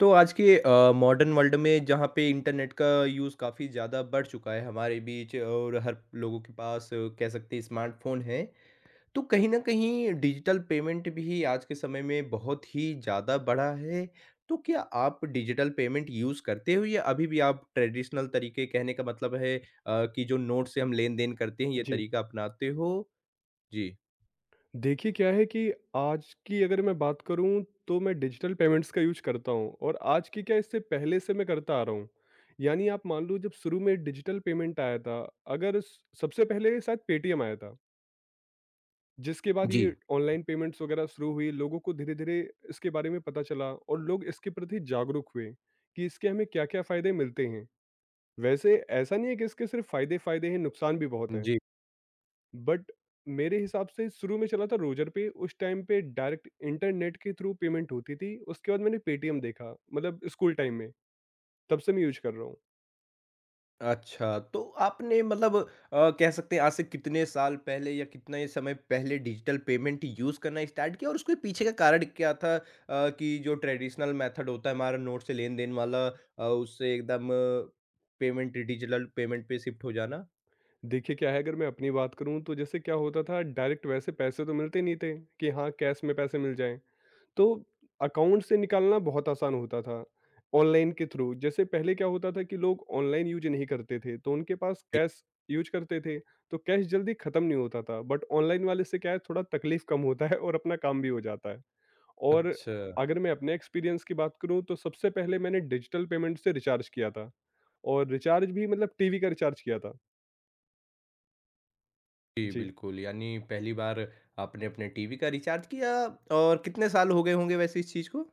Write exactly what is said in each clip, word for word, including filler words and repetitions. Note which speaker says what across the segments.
Speaker 1: तो आज के मॉडर्न वर्ल्ड में जहाँ पे इंटरनेट का यूज़ काफ़ी ज़्यादा बढ़ चुका है हमारे बीच और हर लोगों के पास अ, कह सकते हैं स्मार्टफोन है। तो कहीं ना कहीं डिजिटल पेमेंट भी आज के समय में बहुत ही ज़्यादा बढ़ा है। तो क्या आप डिजिटल पेमेंट यूज़ करते हो या अभी भी आप ट्रेडिशनल तरीके कहने का मतलब है, अ, कि जो नोट से हम लेन देन करते हैं ये
Speaker 2: जी।
Speaker 1: तरीका अपनाते हो? जी।
Speaker 2: देखिए क्या है कि आज की अगर मैं बात करूँ तो मैं डिजिटल पेमेंट्स का यूज़ करता हूँ, और आज की क्या, इससे पहले से मैं करता आ रहा हूँ। यानी आप मान लो जब शुरू में डिजिटल पेमेंट आया था, अगर स सबसे पहले शायद पेटीएम आया था, जिसके बाद
Speaker 1: जी।
Speaker 2: ये ऑनलाइन पेमेंट्स वगैरह शुरू हुई। लोगों को धीरे-धीरे इसके बारे में पता चला और लोग इसके प्रति जागरूक हुए कि इसके हमें क्या-क्या फ़ायदे मिलते हैं। वैसे ऐसा नहीं है कि इसके सिर्फ़ फ़ायदे फ़ायदे हैं, नुकसान भी बहुत हैं।
Speaker 1: जी।
Speaker 2: बट मेरे हिसाब से शुरू में चला था रोजर पे। उस टाइम पे डायरेक्ट इंटरनेट के थ्रू पेमेंट होती थी। उसके बाद मैंने पेटीएम देखा, मतलब स्कूल टाइम में। तब से मैं यूज कर रहा हूँ।
Speaker 1: अच्छा, तो आपने मतलब, अ, कह सकते हैं आज से कितने साल पहले या कितना ही समय पहले डिजिटल पेमेंट यूज़ करना स्टार्ट किया और उसके पीछे का कारण क्या था? अ, कि जो ट्रेडिशनल मेथड होता है हमारा नोट से लेन-देन वाला, अ, उससे एकदम पेमेंट डिजिटल पेमेंट पे शिफ्ट हो जाना?
Speaker 2: देखिए क्या है, अगर मैं अपनी बात करूँ तो जैसे क्या होता था डायरेक्ट, वैसे पैसे तो मिलते नहीं थे कि हाँ कैश में पैसे मिल जाएं, तो अकाउंट से निकालना बहुत आसान होता था, ऑनलाइन के थ्रू। जैसे पहले क्या होता था कि लोग ऑनलाइन यूज़ नहीं करते थे, तो उनके पास
Speaker 1: जी।
Speaker 2: कैश यूज़ करते थे, तो कैश जल्दी खत्म नहीं होता था। बट ऑनलाइन वाले से क्या है, थोड़ा तकलीफ कम होता है और अपना काम भी हो जाता है। और
Speaker 1: अच्छा।
Speaker 2: अगर मैं अपने एक्सपीरियंस की बात करूँ तो सबसे पहले मैंने डिजिटल पेमेंट से रिचार्ज किया था, और रिचार्ज भी मतलब टीवी का रिचार्ज किया था।
Speaker 1: जी,
Speaker 2: जी,
Speaker 1: बिल्कुल। यानी पहली बार आपने अपने टीवी का रिचार्ज किया, और कितने साल हो गए होंगे वैसे इस चीज़ को?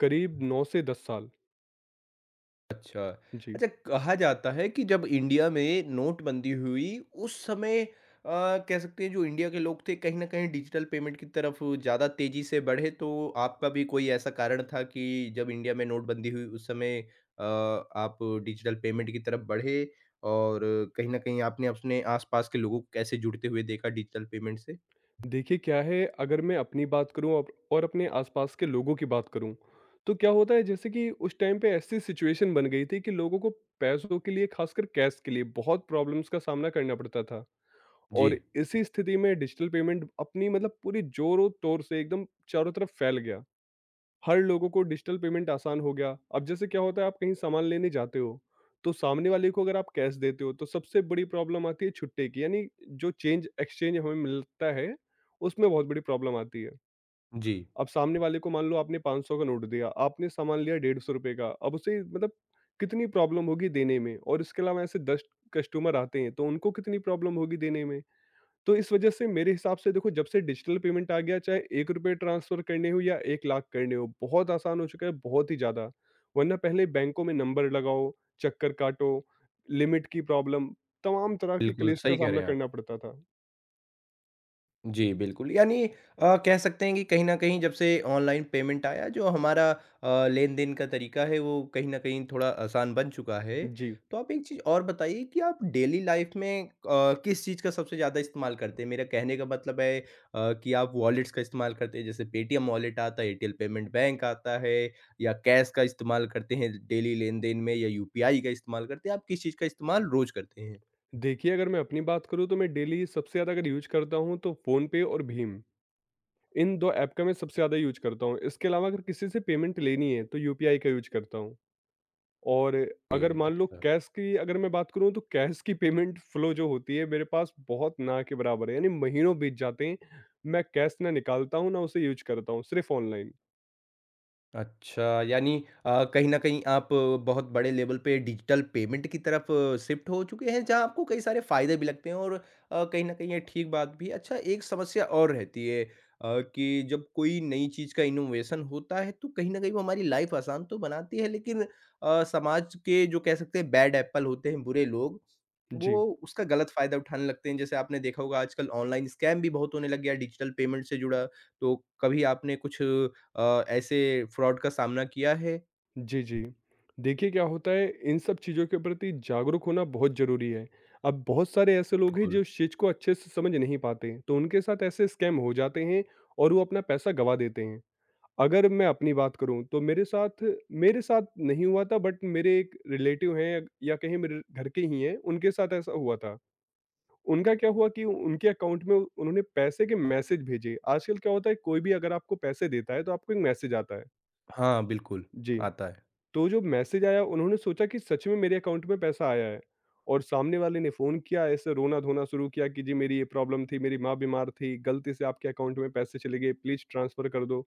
Speaker 2: करीब नौ से दस साल।
Speaker 1: अच्छा।
Speaker 2: जी।
Speaker 1: अच्छा, कहा जाता है कि जब इंडिया में नोटबंदी हुई उस समय, अ, कह सकते हैं जो इंडिया के लोग थे कहीं न कहीं डिजिटल पेमेंट की तरफ ज़्यादा तेज़ी से बढ़े। तो आपका भी कोई ऐसा कारण था कि जब इंडिया में नोटबंदी हुई उस समय, अ, आप डिजिटल पेमेंट की तरफ बढ़े और कहीं न कहीं आपने अपने आस-पास के लोगों को कैसे जुड़ते हुए देखा डिजिटल पेमेंट से?
Speaker 2: देखिए क्या है, अगर मैं अपनी बात करूं और और अपने आसपास के लोगों की बात करूं, तो क्या होता है, जैसे कि उस टाइम पे ऐसी सिचुएशन बन गई थी कि लोगों को पैसों के लिए, खासकर कैश के लिए, बहुत प्रॉब्लम्स का सामना करना पड़ता था।
Speaker 1: जी।
Speaker 2: और इसी स्थिति में डिजिटल पेमेंट अपनी मतलब पूरी जोरों तौर से एकदम चारों तरफ फैल गया। हर लोगों को डिजिटल पेमेंट आसान हो गया। अब जैसे क्या होता है, आप कहीं सामान लेने जाते हो, तो सामने वाले को अगर आप कैश देते हो तो सबसे बड़ी प्रॉब्लम आती है छुट्टे की, यानी जो चेंज एक्सचेंज हमें मिलता है, उसमें बहुत बड़ी प्रॉब्लम आती है।
Speaker 1: जी।
Speaker 2: अब सामने वाले को, मान लो आपने पांच सौ का नोट दिया, आपने सामान लिया एक सौ पचास रुपये का, अब उसे मतलब कितनी प्रॉब्लम होगी देने में, और इसके अलावा ऐसे दस कस्टमर आते हैं, तो उनको कितनी प्रॉब्लम होगी देने में। तो इस वजह से मेरे हिसाब से देखो, जब से डिजिटल पेमेंट आ गया, चाहे एक रुपये ट्रांसफर करने हो या एक लाख करने हो, बहुत आसान हो चुका है, बहुत ही ज्यादा। वरना पहले बैंकों में नंबर लगाओ, चक्कर काटो, लिमिट की प्रॉब्लम, तमाम तरह की
Speaker 1: बिल्कुल,
Speaker 2: कलेस का
Speaker 1: सही कह रहे
Speaker 2: सामना
Speaker 1: हैं आप।
Speaker 2: करना पड़ता था।
Speaker 1: जी, बिल्कुल। यानी अ, कह सकते हैं कि कहीं न कहीं जब से ऑनलाइन पेमेंट आया, जो हमारा अ, लेन-देन का तरीका है वो कहीं न कहीं थोड़ा आसान बन चुका है।
Speaker 2: जी।
Speaker 1: तो आप एक चीज़ और बताइए कि आप डेली लाइफ़ में अ, किस चीज़ का सबसे ज़्यादा इस्तेमाल करते हैं? मेरा कहने का मतलब है, अ, कि आप वॉलेट्स का इस्तेमाल करते हैं, जैसे पेटीएम वॉलेट आता है, एयरटेल पेमेंट बैंक आता है, या कैश का इस्तेमाल करते हैं डेली लेन-देन में, या यूपीआई का इस्तेमाल करते हैं? आप किस चीज़ का इस्तेमाल रोज़ करते हैं?
Speaker 2: देखिए, अगर मैं अपनी बात करूँ तो मैं डेली सबसे ज़्यादा अगर यूज करता हूँ, तो फ़ोनपे और भीम। इन दो ऐप का मैं सबसे ज़्यादा यूज करता हूँ। इसके अलावा अगर किसी से पेमेंट लेनी है तो यूपीआई का यूज करता हूँ। और
Speaker 1: जी,
Speaker 2: अगर मान लो,
Speaker 1: अच्छा।
Speaker 2: कैश की अगर मैं बात करूँ, तो कैश की पेमेंट फ्लो जो होती है मेरे पास, बहुत ना के बराबर है। यानी महीनों बीत जाते हैं, मैं कैश ना निकालता हूँ ना उसे यूज करता हूँ, सिर्फ ऑनलाइन।
Speaker 1: अच्छा, यानी अ, कहीं न कहीं आप अ, बहुत बड़े लेवल पे डिजिटल पेमेंट की तरफ शिफ्ट हो चुके हैं, जहाँ आपको कई सारे फ़ायदे भी लगते हैं और अ, कहीं न कहीं ये ठीक बात भी है। अच्छा, एक समस्या और रहती है, अ, कि जब कोई नई चीज़ का इनोवेशन होता है, तो कहीं न कहीं वो हमारी लाइफ़ आसान तो बनाती है, लेकिन अ, समाज के जो कह सकते हैं बैड एप्पल होते हैं, बुरे लोग, वो
Speaker 2: जी।
Speaker 1: उसका गलत फ़ायदा उठाने लगते हैं। जैसे आपने देखा होगा आजकल ऑनलाइन स्कैम भी बहुत होने लग गया है डिजिटल पेमेंट से जुड़ा। तो कभी आपने कुछ अ, ऐसे फ्रॉड का सामना किया है?
Speaker 2: जी। जी। देखिए क्या होता है, इन सब चीज़ों के प्रति जागरूक होना बहुत ज़रूरी है। अब बहुत सारे ऐसे लोग हैं
Speaker 1: बिल्कुल।
Speaker 2: जो इस चीज़ को अच्छे से समझ नहीं पाते, तो उनके साथ ऐसे स्कैम हो जाते हैं और वो अपना पैसा गवा देते हैं। अगर मैं अपनी बात करूँ तो मेरे साथ मेरे साथ नहीं हुआ था, बट मेरे एक रिलेटिव हैं, या कहीं मेरे घर के ही हैं, उनके साथ ऐसा हुआ था। उनका क्या हुआ कि उनके अकाउंट में उन्होंने पैसे के मैसेज भेजे। आजकल क्या होता है, कोई भी अगर आपको पैसे देता है तो आपको एक मैसेज आता है।
Speaker 1: हाँ, बिल्कुल,
Speaker 2: जी।
Speaker 1: आता है।
Speaker 2: तो जो मैसेज आया, उन्होंने सोचा कि सच में मेरे अकाउंट में पैसा आया है। और सामने वाले ने फ़ोन किया, ऐसे रोना-धोना शुरू किया कि जी मेरी ये प्रॉब्लम थी, मेरी माँ बीमार थी, गलती से आपके अकाउंट में पैसे चले गए, प्लीज़ ट्रांसफ़र कर दो।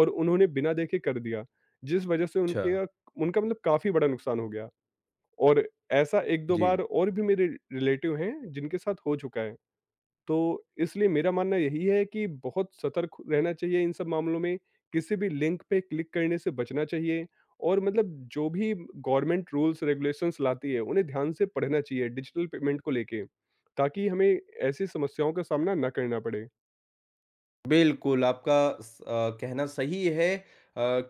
Speaker 2: और उन्होंने बिना देखे कर दिया। जिस वजह से
Speaker 1: अच्छा।
Speaker 2: उनके अ, उनका मतलब काफ़ी बड़ा नुकसान हो गया। और ऐसा एक दो
Speaker 1: जी,
Speaker 2: बार और भी मेरे रिलेटिव हैं जिनके साथ हो चुका है। तो इसलिए मेरा मानना यही है कि बहुत सतर्क रहना चाहिए इन सब मामलों में। किसी भी लिंक पे क्लिक करने से बचना चाहिए। और मतलब जो भी गवर्नमेंट रूल्स रेगुलेशंस लाती है, उन्हें ध्यान से पढ़ना चाहिए डिजिटल पेमेंट को लेके, ताकि हमें ऐसी समस्याओं का सामना ना करना पड़े।
Speaker 1: बिल्कुल। आपका स अ, कहना सही है, अ,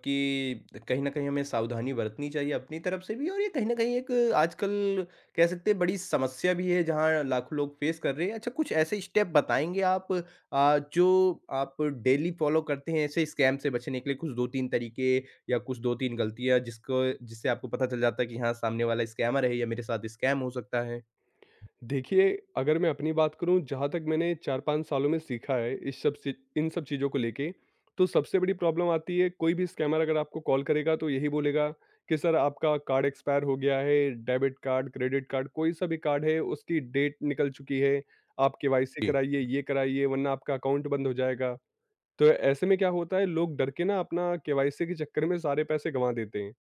Speaker 1: कि कहीं न कहीं हमें सावधानी बरतनी चाहिए अपनी तरफ से भी और ये कहीं न कहीं एक आजकल कह सकते हैं बड़ी समस्या भी है जहाँ लाखों लोग फ़ेस कर रहे हैं। अच्छा, कुछ ऐसे स्टेप बताएँगे आप, अ, जो आप डेली फ़ॉलो करते हैं ऐसे स्कैम से बचने के लिए, कुछ दो तीन तरीके या कुछ दो तीन गलतियाँ जिसको जिससे आपको पता चल जाता है कि हाँ, सामने वाला स्कैमर है या मेरे साथ स्कैम हो सकता है?
Speaker 2: देखिए, अगर मैं अपनी बात करूँ, जहाँ तक मैंने चार पांच सालों में सीखा है इस सब चि इन सब चीज़ों को लेके, तो सबसे बड़ी प्रॉब्लम आती है, कोई भी स्कैमर अगर आपको कॉल करेगा तो यही बोलेगा कि सर आपका कार्ड एक्सपायर हो गया है, डेबिट कार्ड, क्रेडिट कार्ड, कोई सा भी कार्ड है उसकी डेट निकल चुकी है, आप केवाईसी
Speaker 1: जी।
Speaker 2: कराइए, ये कराइए वरना आपका अकाउंट बंद हो जाएगा। तो ऐसे में क्या होता है, लोग डर के ना अपना केवाईसी के चक्कर में सारे पैसे गँवा देते हैं।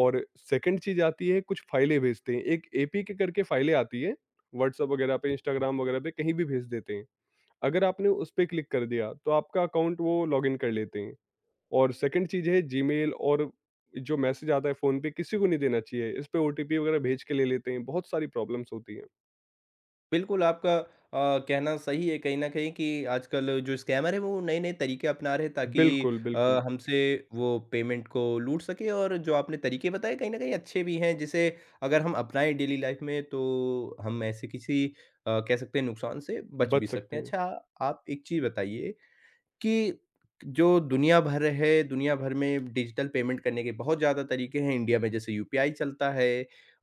Speaker 2: और सेकंड चीज़ आती है, कुछ फाइलें भेजते हैं। एक एपीके करके फाइलें आती है, व्हाट्सएप वगैरह पे, इंस्टाग्राम वगैरह पे कहीं भी भेज देते हैं। अगर आपने उस पे क्लिक कर दिया तो आपका अकाउंट वो लॉगिन कर लेते हैं। और सेकंड चीज़ है जीमेल, और जो मैसेज आता है फ़ोन पे, किसी को नहीं देना चाहिए। इस पे ओटीपी वगैरह भेज के ले लेते हैं। बहुत सारी प्रॉब्लम्स होती हैं।
Speaker 1: बिल्कुल, आपका अ, कहना सही है, कहीं न कहीं कि आजकल जो स्कैमर है वो नए-नए तरीके अपना रहे हैं ताकि
Speaker 2: बिल्कुल,
Speaker 1: अ,
Speaker 2: बिल्कुल।
Speaker 1: हमसे वो पेमेंट को लूट सके। और जो आपने तरीके बताए कहीं न कहीं अच्छे भी हैं, जिसे अगर हम अपनाएँ डेली लाइफ़ में तो हम ऐसे किसी अ, कह सकते हैं नुकसान से बच भी
Speaker 2: बच
Speaker 1: सकते
Speaker 2: सकते
Speaker 1: हैं।
Speaker 2: हैं।
Speaker 1: अच्छा, आप एक चीज़ बताइए कि जो दुनिया भर है, दुनिया भर में डिजिटल पेमेंट करने के बहुत ज़्यादा तरीके हैं। इंडिया में जैसे यूपीआई चलता है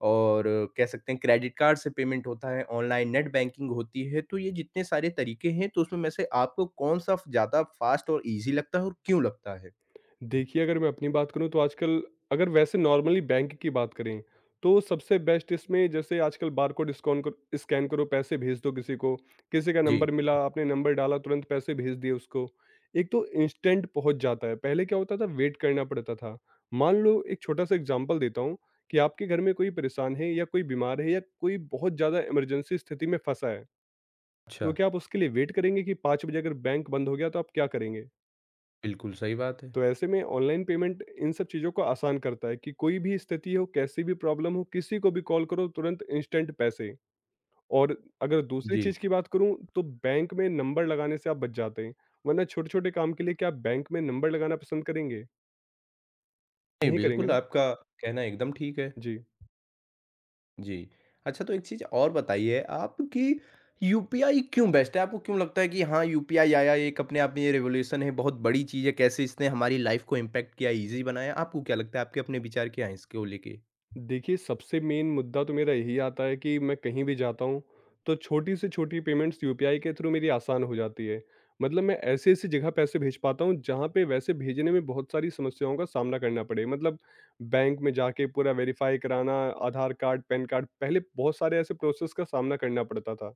Speaker 1: और कह सकते हैं क्रेडिट कार्ड से पेमेंट होता है, ऑनलाइन नेट बैंकिंग होती है। तो ये जितने सारे तरीके हैं, तो उसमें में से आपको कौन-सा फ ज़्यादा फास्ट और ईज़ी लगता है और क्यों लगता है?
Speaker 2: देखिए, अगर मैं अपनी बात करूँ तो आजकल, अगर वैसे नॉर्मली बैंक की बात करें, तो सबसे बेस्ट इसमें, जैसे आजकल बारकोड स्कॉन क स्कैन करो, पैसे भेज दो किसी को, किसी का
Speaker 1: जी।
Speaker 2: नंबर मिला, आपने नंबर डाला, तुरंत पैसे भेज दिए उसको। एक तो इंस्टेंट पहुँच जाता है, पहले क्या होता था, वेट करना पड़ता था। मान लो, एक छोटा-सा एग्ज़ाम्पल देता हूँ कि आपके घर में कोई परेशान है, या कोई बीमार है, या कोई बहुत ज़्यादा इमरजेंसी स्थिति में फँसा है,
Speaker 1: अच्छा,
Speaker 2: तो क्या आप उसके लिए वेट करेंगे कि पांच बजे अगर बैंक बंद हो गया तो आप क्या करेंगे?
Speaker 1: बिल्कुल सही बात है।
Speaker 2: तो ऐसे में ऑनलाइन पेमेंट इन सब चीज़ों को आसान करता है कि कोई भी स्थिति हो, कैसी भी प्रॉब्लम हो, किसी को भी कॉल करो, तुरंत इंस्टेंट पैसे। और अगर दूसरी
Speaker 1: जी।
Speaker 2: चीज़ की बात करूँ, तो बैंक में नंबर लगाने से आप बच जाते हैं, वरना छोटे-छोटे काम के लिए क्या आप बैंक में नंबर लगाना पसंद करेंगे?
Speaker 1: नहीं,
Speaker 2: नहीं करेंगे
Speaker 1: बिल्कुल
Speaker 2: ना?
Speaker 1: आपका कहना एकदम ठीक है।
Speaker 2: जी।
Speaker 1: जी। अच्छा, तो एक चीज़ और बताइए आप कि यूपीआई क्यों बेस्ट है? आपको क्यों लगता है कि हाँ, यूपीआई आया, एक अपने आप में ये रिवॉल्यूशन है, बहुत बड़ी चीज़ है, कैसे इसने हमारी लाइफ़ को इम्पैक्ट किया, ईज़ी बनाया? आपको क्या लगता है? आपके अपने विचार क्या हैं इसको लेके?
Speaker 2: देखिए, सबसे मेन मुद्दा तो मेरा यही आता है कि मैं कहीं भी जाता हूँ, तो छोटी से छोटी पेमेंट्स यूपीआई के थ्रू मेरी आसान हो जाती है। मतलब मैं ऐसी-ऐसी जगह पैसे भेज पाता हूँ, जहाँ पे वैसे भेजने में बहुत सारी समस्याओं का सामना करना पड़े। मतलब बैंक में जाके पूरा वेरीफ़ाई कराना, आधार कार्ड, पैन कार्ड, पहले बहुत सारे ऐसे प्रोसेस का सामना करना पड़ता था।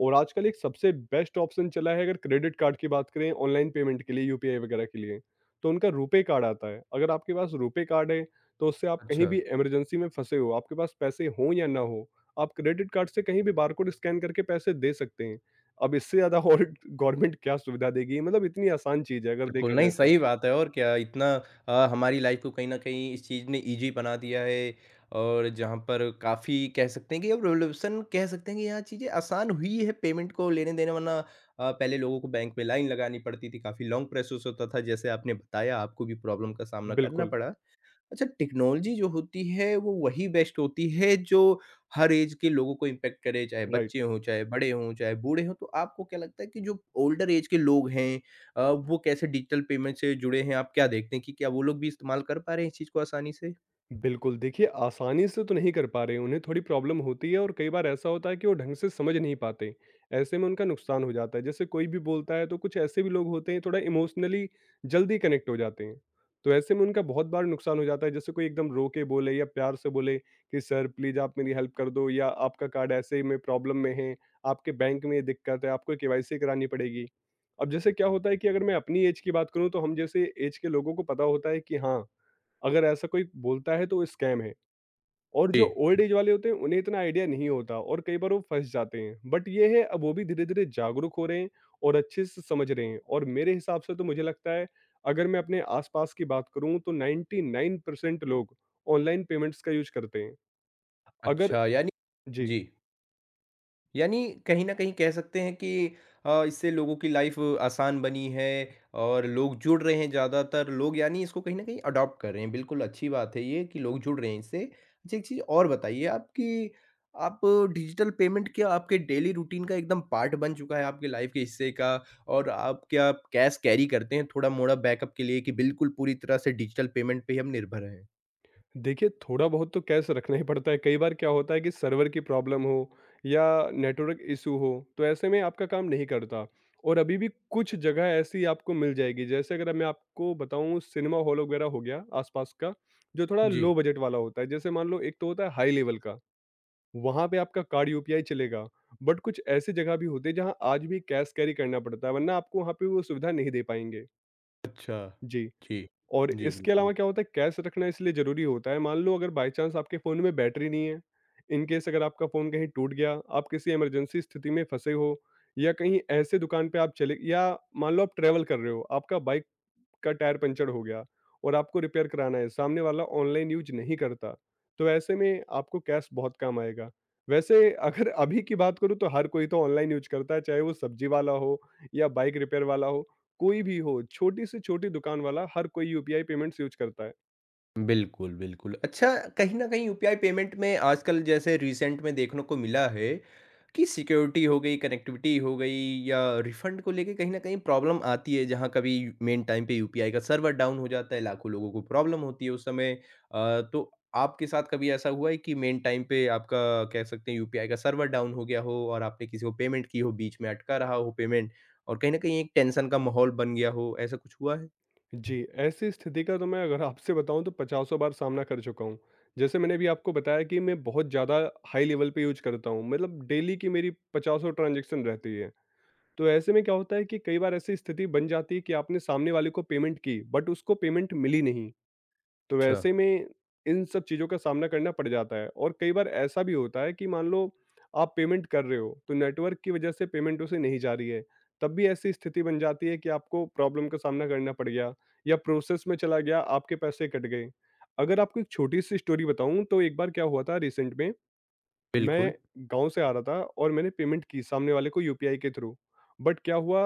Speaker 2: और आजकल एक सबसे बेस्ट ऑप्शन चला है, अगर क्रेडिट कार्ड की बात करें ऑनलाइन पेमेंट के लिए, यूपीआई वगैरह के लिए, तो उनका रुपे कार्ड आता है। अगर आपके पास रुपे कार्ड है, तो उससे आप कहीं
Speaker 1: अच्छा।
Speaker 2: भी इमरजेंसी में फँसे हो, आपके पास पैसे हों या ना हों, आप क्रेडिट कार्ड से कहीं भी बारकोड स्कैन करके पैसे दे सकते हैं। अब इससे ज़्यादा और गवर्नमेंट क्या सुविधा देगी? मतलब इतनी आसान चीज़ है अगर
Speaker 1: बिल्कुल,
Speaker 2: देखा
Speaker 1: नहीं
Speaker 2: जाए
Speaker 1: सही
Speaker 2: तो।
Speaker 1: बात है। और क्या इतना अ, हमारी लाइफ़ को कहीं न कहीं इस चीज़ ने ईज़ी बना दिया है और जहाँ पर काफ़ी कह सकते हैं कि अब रिवोल्यूशन कह सकते हैं कि यहाँ चीज़ें आसान हुई है पेमेंट को लेने-देने, वरना अ, पहले लोगों को बैंक में लाइन लगानी पड़ती थी, काफ़ी लॉन्ग प्रोसेस होता था, जैसे आपने बताया आपको भी प्रॉब्लम का सामना करना
Speaker 2: बिल्कुल,
Speaker 1: पड़ा। अच्छा, टेक्नोलॉज़ी जो होती है वो वही बेस्ट होती है जो हर ऐज के लोगों को इम्पैक्ट करे, चाहे
Speaker 2: राइट।
Speaker 1: बच्चे हों, चाहे बड़े हों, चाहे बूढ़े हों। तो आपको क्या लगता है कि जो ओल्डर ऐज के लोग हैं, अ, वो कैसे डिजिटल पेमेंट से जुड़े हैं? आप क्या देखते हैं कि क्या वो लोग भी इस्तेमाल कर पा रहे हैं इस चीज़ को आसानी से?
Speaker 2: बिल्कुल, देखिए आसानी से तो नहीं कर पा रहे, उन्हें थोड़ी प्रॉब्लम होती है, और कई बार ऐसा होता है कि वो ढंग से समझ नहीं पाते, ऐसे में उनका नुकसान हो जाता है। जैसे कोई भी बोलता है, तो कुछ ऐसे भी लोग होते हैं थोड़ा इमोशनली जल्दी कनेक्ट हो जाते हैं, तो ऐसे में उनका बहुत बार नुकसान हो जाता है। जैसे कोई एकदम रो के बोले या प्यार से बोले कि सर प्लीज़ आप मेरी हेल्प कर दो, या आपका कार्ड ऐसे ही में प्रॉब्लम में है, आपके बैंक में ये दिक्कत है, आपको केवाईसी करानी पड़ेगी। अब जैसे क्या होता है कि अगर मैं अपनी ऐज की बात करूँ, तो हम जैसे ऐज के लोगों को पता होता है कि हाँ, अगर ऐसा कोई बोलता है तो वो स्कैम है। और
Speaker 1: जी,
Speaker 2: जो ओल्ड एज वाले होते हैं, उन्हें इतना आइडिया नहीं होता, और कई बार वो फंस जाते हैं। बट ये है, अब वो भी धीरे धीरे जागरूक हो रहे हैं और अच्छे से समझ रहे हैं। और मेरे हिसाब से तो मुझे लगता है, अगर मैं अपने आसपास की बात करूं, तो नाइंटी नाइन परसेंट लोग ऑनलाइन पेमेंट्स का यूज करते हैं। अगर
Speaker 1: अच्छा। यानी
Speaker 2: जी।
Speaker 1: जी। यानी कहीं न कहीं कह सकते हैं कि अ, इससे लोगों की लाइफ़ आसान बनी है और लोग जुड़ रहे हैं, ज़्यादातर लोग यानी इसको कहीं न कहीं अडॉप्ट कर रहे हैं। बिल्कुल अच्छी बात है ये कि लोग जुड़ रहे हैं इससे। अच्छा, एक चीज़ और बताइए आप कि आप डिजिटल पेमेंट क्या आपके डेली रूटीन का एकदम पार्ट बन चुका है, आपकी लाइफ़ के हिस्से का? और आप क्या आप कैश कैरी करते हैं थोड़ा-मोड़ा बैकअप के लिए, कि बिल्कुल पूरी तरह से डिजिटल पेमेंट पे ही हम निर्भर हैं?
Speaker 2: देखिए, थोड़ा बहुत तो कैश रखना ही पड़ता है। कई बार क्या होता है कि सर्वर की प्रॉब्लम हो, या नेटवर्क इश्यू हो, तो ऐसे में आपका काम नहीं करता। और अभी भी कुछ जगह ऐसी आपको मिल जाएगी। जैसे अगर मैं आपको बताऊँ, सिनेमा हॉल वगैरह हो गया आस-पास का, जो थोड़ा
Speaker 1: जी।
Speaker 2: लो बजट वाला होता है। जैसे मान लो, एक तो होता है हाई लेवल का, वहाँ पे आपका कार्ड यूपीआई चलेगा। बट कुछ ऐसी जगह भी होती है जहाँ आज भी कैश कैरी करना पड़ता है, वरना आपको वहाँ पे वो सुविधा नहीं दे पाएँगे।
Speaker 1: अच्छा।
Speaker 2: जी।
Speaker 1: जी।
Speaker 2: और
Speaker 1: जी,
Speaker 2: इसके
Speaker 1: बिल्कुल।
Speaker 2: अलावा क्या होता है, कैश रखना इसलिए ज़रूरी होता है, मान लो अगर बाय चांस आपके फ़ोन में बैटरी नहीं है, इन केस अगर आपका फ़ोन कहीं टूट गया, आप किसी इमरजेंसी स्थिति में फँसे हो या कहीं ऐसे दुकान पे आप चले, या मान लो आप ट्रैवल कर रहे हो, आपका बाइक का टायर पंचर हो गया और आपको रिपेयर कराना है, सामने वाला ऑनलाइन यूज़ नहीं करता, तो ऐसे में आपको कैश बहुत काम आएगा। वैसे अगर अभी की बात करूँ, तो हर कोई तो ऑनलाइन यूज़ करता है, चाहे वो सब्जी वाला हो या बाइक रिपेयर वाला हो, कोई भी हो, छोटी से छोटी दुकान वाला, हर कोई यूपीआई पेमेंट्स यूज़ करता है।
Speaker 1: बिल्कुल, बिल्कुल। अच्छा, कहीं न कहीं यूपीआई पेमेंट में आजकल जैसे रिसेंट में देखने को मिला है कि सिक्योरिटी हो गई, कनेक्टिविटी हो गई, या रिफंड को लेके कहीं न कहीं प्रॉब्लम आती है, जहाँ कभी मेन टाइम पे यूपीआई का सर्वर डाउन हो जाता है, लाखों लोगों को प्रॉब्लम होती है उस समय। अ, तो आपके साथ कभी ऐसा हुआ है कि मेन टाइम पे आपका कह सकते हैं यूपीआई का सर्वर डाउन हो गया हो और आपने किसी को पेमेंट की हो, बीच में अटका रहा हो पेमेंट और कहीं न कहीं एक टेंशन का माहौल बन गया हो, ऐसा कुछ हुआ है?
Speaker 2: जी, ऐसी स्थिति का तो मैं अगर आपसे बताऊँ, तो पचासों बार सामना कर चुका हूँ। जैसे मैंने अभी आपको बताया कि मैं बहुत ज़्यादा हाई लेवल पे यूज़ करता हूँ, मतलब डेली की मेरी पचासों ट्रांज़ैक्शन रहती है। तो ऐसे में क्या होता है कि कई बार ऐसी स्थिति बन जाती है कि आपने सामने वाले को पेमेंट की, बट उसको पेमेंट मिली नहीं। तो
Speaker 1: अच्छा,
Speaker 2: वैसे में इन सब चीज़ों का सामना करना पड़ जाता है। और कई बार ऐसा भी होता है कि मान लो आप पेमेंट कर रहे हो, तो नेटवर्क की वजह से पेमेंट उसे नहीं जा रही है, तब भी ऐसी स्थिति बन जाती है कि आपको प्रॉब्लम का सामना करना पड़ गया, या प्रोसेस में चला गया, आपके पैसे कट गए। अगर आपको एक छोटी सी स्टोरी बताऊं, तो एक बार क्या हुआ था रिसेंट में,
Speaker 1: बिल्कुल।
Speaker 2: मैं गाँव से आ रहा था और मैंने पेमेंट की सामने वाले को यूपीआई के थ्रू। बट क्या हुआ,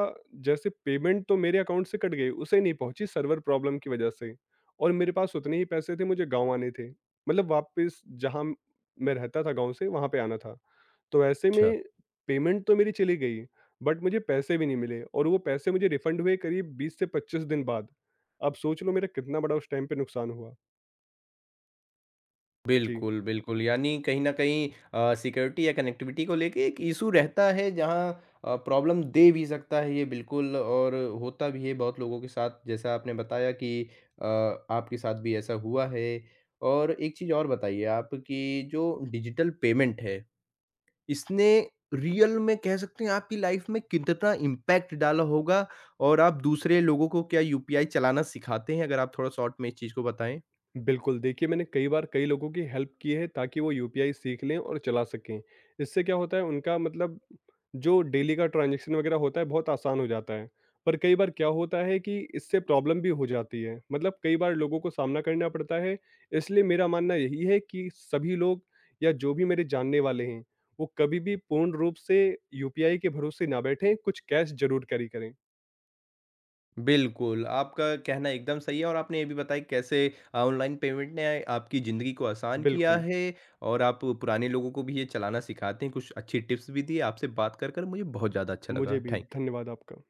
Speaker 2: जैसे पेमेंट तो मेरे अकाउंट से कट गई, उसे नहीं पहुँची सर्वर प्रॉब्लम की वजह से। और मेरे पास उतने ही पैसे थे, मुझे गाँव आने थे। मतलब वापस जहाँ मैं रहता था गाँव से, वहाँ पे आना था। तो ऐसे
Speaker 1: अच्छा।
Speaker 2: में पेमेंट तो मेरी चली गई, बट मुझे पैसे भी नहीं मिले, और वो पैसे मुझे रिफंड हुए करीब बीस से पच्चीस दिन बाद। आप सोच लो मेरा कितना बड़ा उस टाइम पे नुकसान हुआ। जी।
Speaker 1: बिल्कुल, बिल्कुल। यानी कहीं न कहीं अ, सिक्योरिटी या कनेक्टिविटी को लेके एक इश्यू रहता है जहाँ अ, प्रॉब्लम दे भी सकता है ये बिल्कुल, और होता भी है बहुत लोगों के साथ, जैसा आपने बताया कि अ, आपके साथ भी ऐसा हुआ है। और एक चीज़ और बताइए आप कि जो डिजिटल पेमेंट है, इसने रियल में कह सकते हैं आपकी लाइफ़ में कितना इम्पैक्ट डाला होगा? और आप दूसरे लोगों को क्या यूपीआई चलाना सिखाते हैं? अगर आप थोड़ा शॉर्ट में इस चीज़ को बताएँ।
Speaker 2: बिल्कुल, देखिए, मैंने कई बार कई लोगों की हेल्प की है ताकि वो यूपीआई सीख लें और चला सकें। इससे क्या होता है, उनका मतलब जो डेली का ट्रांज़ैक्शन वगैरह होता है, बहुत आसान हो जाता है। पर कई बार क्या होता है कि इससे प्रॉब्लम भी हो जाती है, मतलब कई बार लोगों को सामना करना पड़ता है। इसलिए मेरा मानना यही है कि सभी लोग, या जो भी मेरे जानने वाले हैं, वो कभी भी पूर्ण रूप से यूपीआई के भरोसे ना बैठें, कुछ कैश ज़रूर कैरी करें।
Speaker 1: बिल्कुल, आपका कहना एकदम सही है। और आपने ये भी बताया कि कैसे अ, ऑनलाइन पेमेंट ने आपकी ज़िंदगी को आसान किया
Speaker 2: बिल्कुल,
Speaker 1: है और आप पुराने लोगों को भी ये चलाना सिखाते हैं। कुछ अच्छी टिप्स भी दी। आपसे बात कर, कर मुझे बहुत ज़्यादा अच्छा
Speaker 2: मुझे
Speaker 1: लगा।
Speaker 2: भी
Speaker 1: थैंक
Speaker 2: धन्यवाद आपका।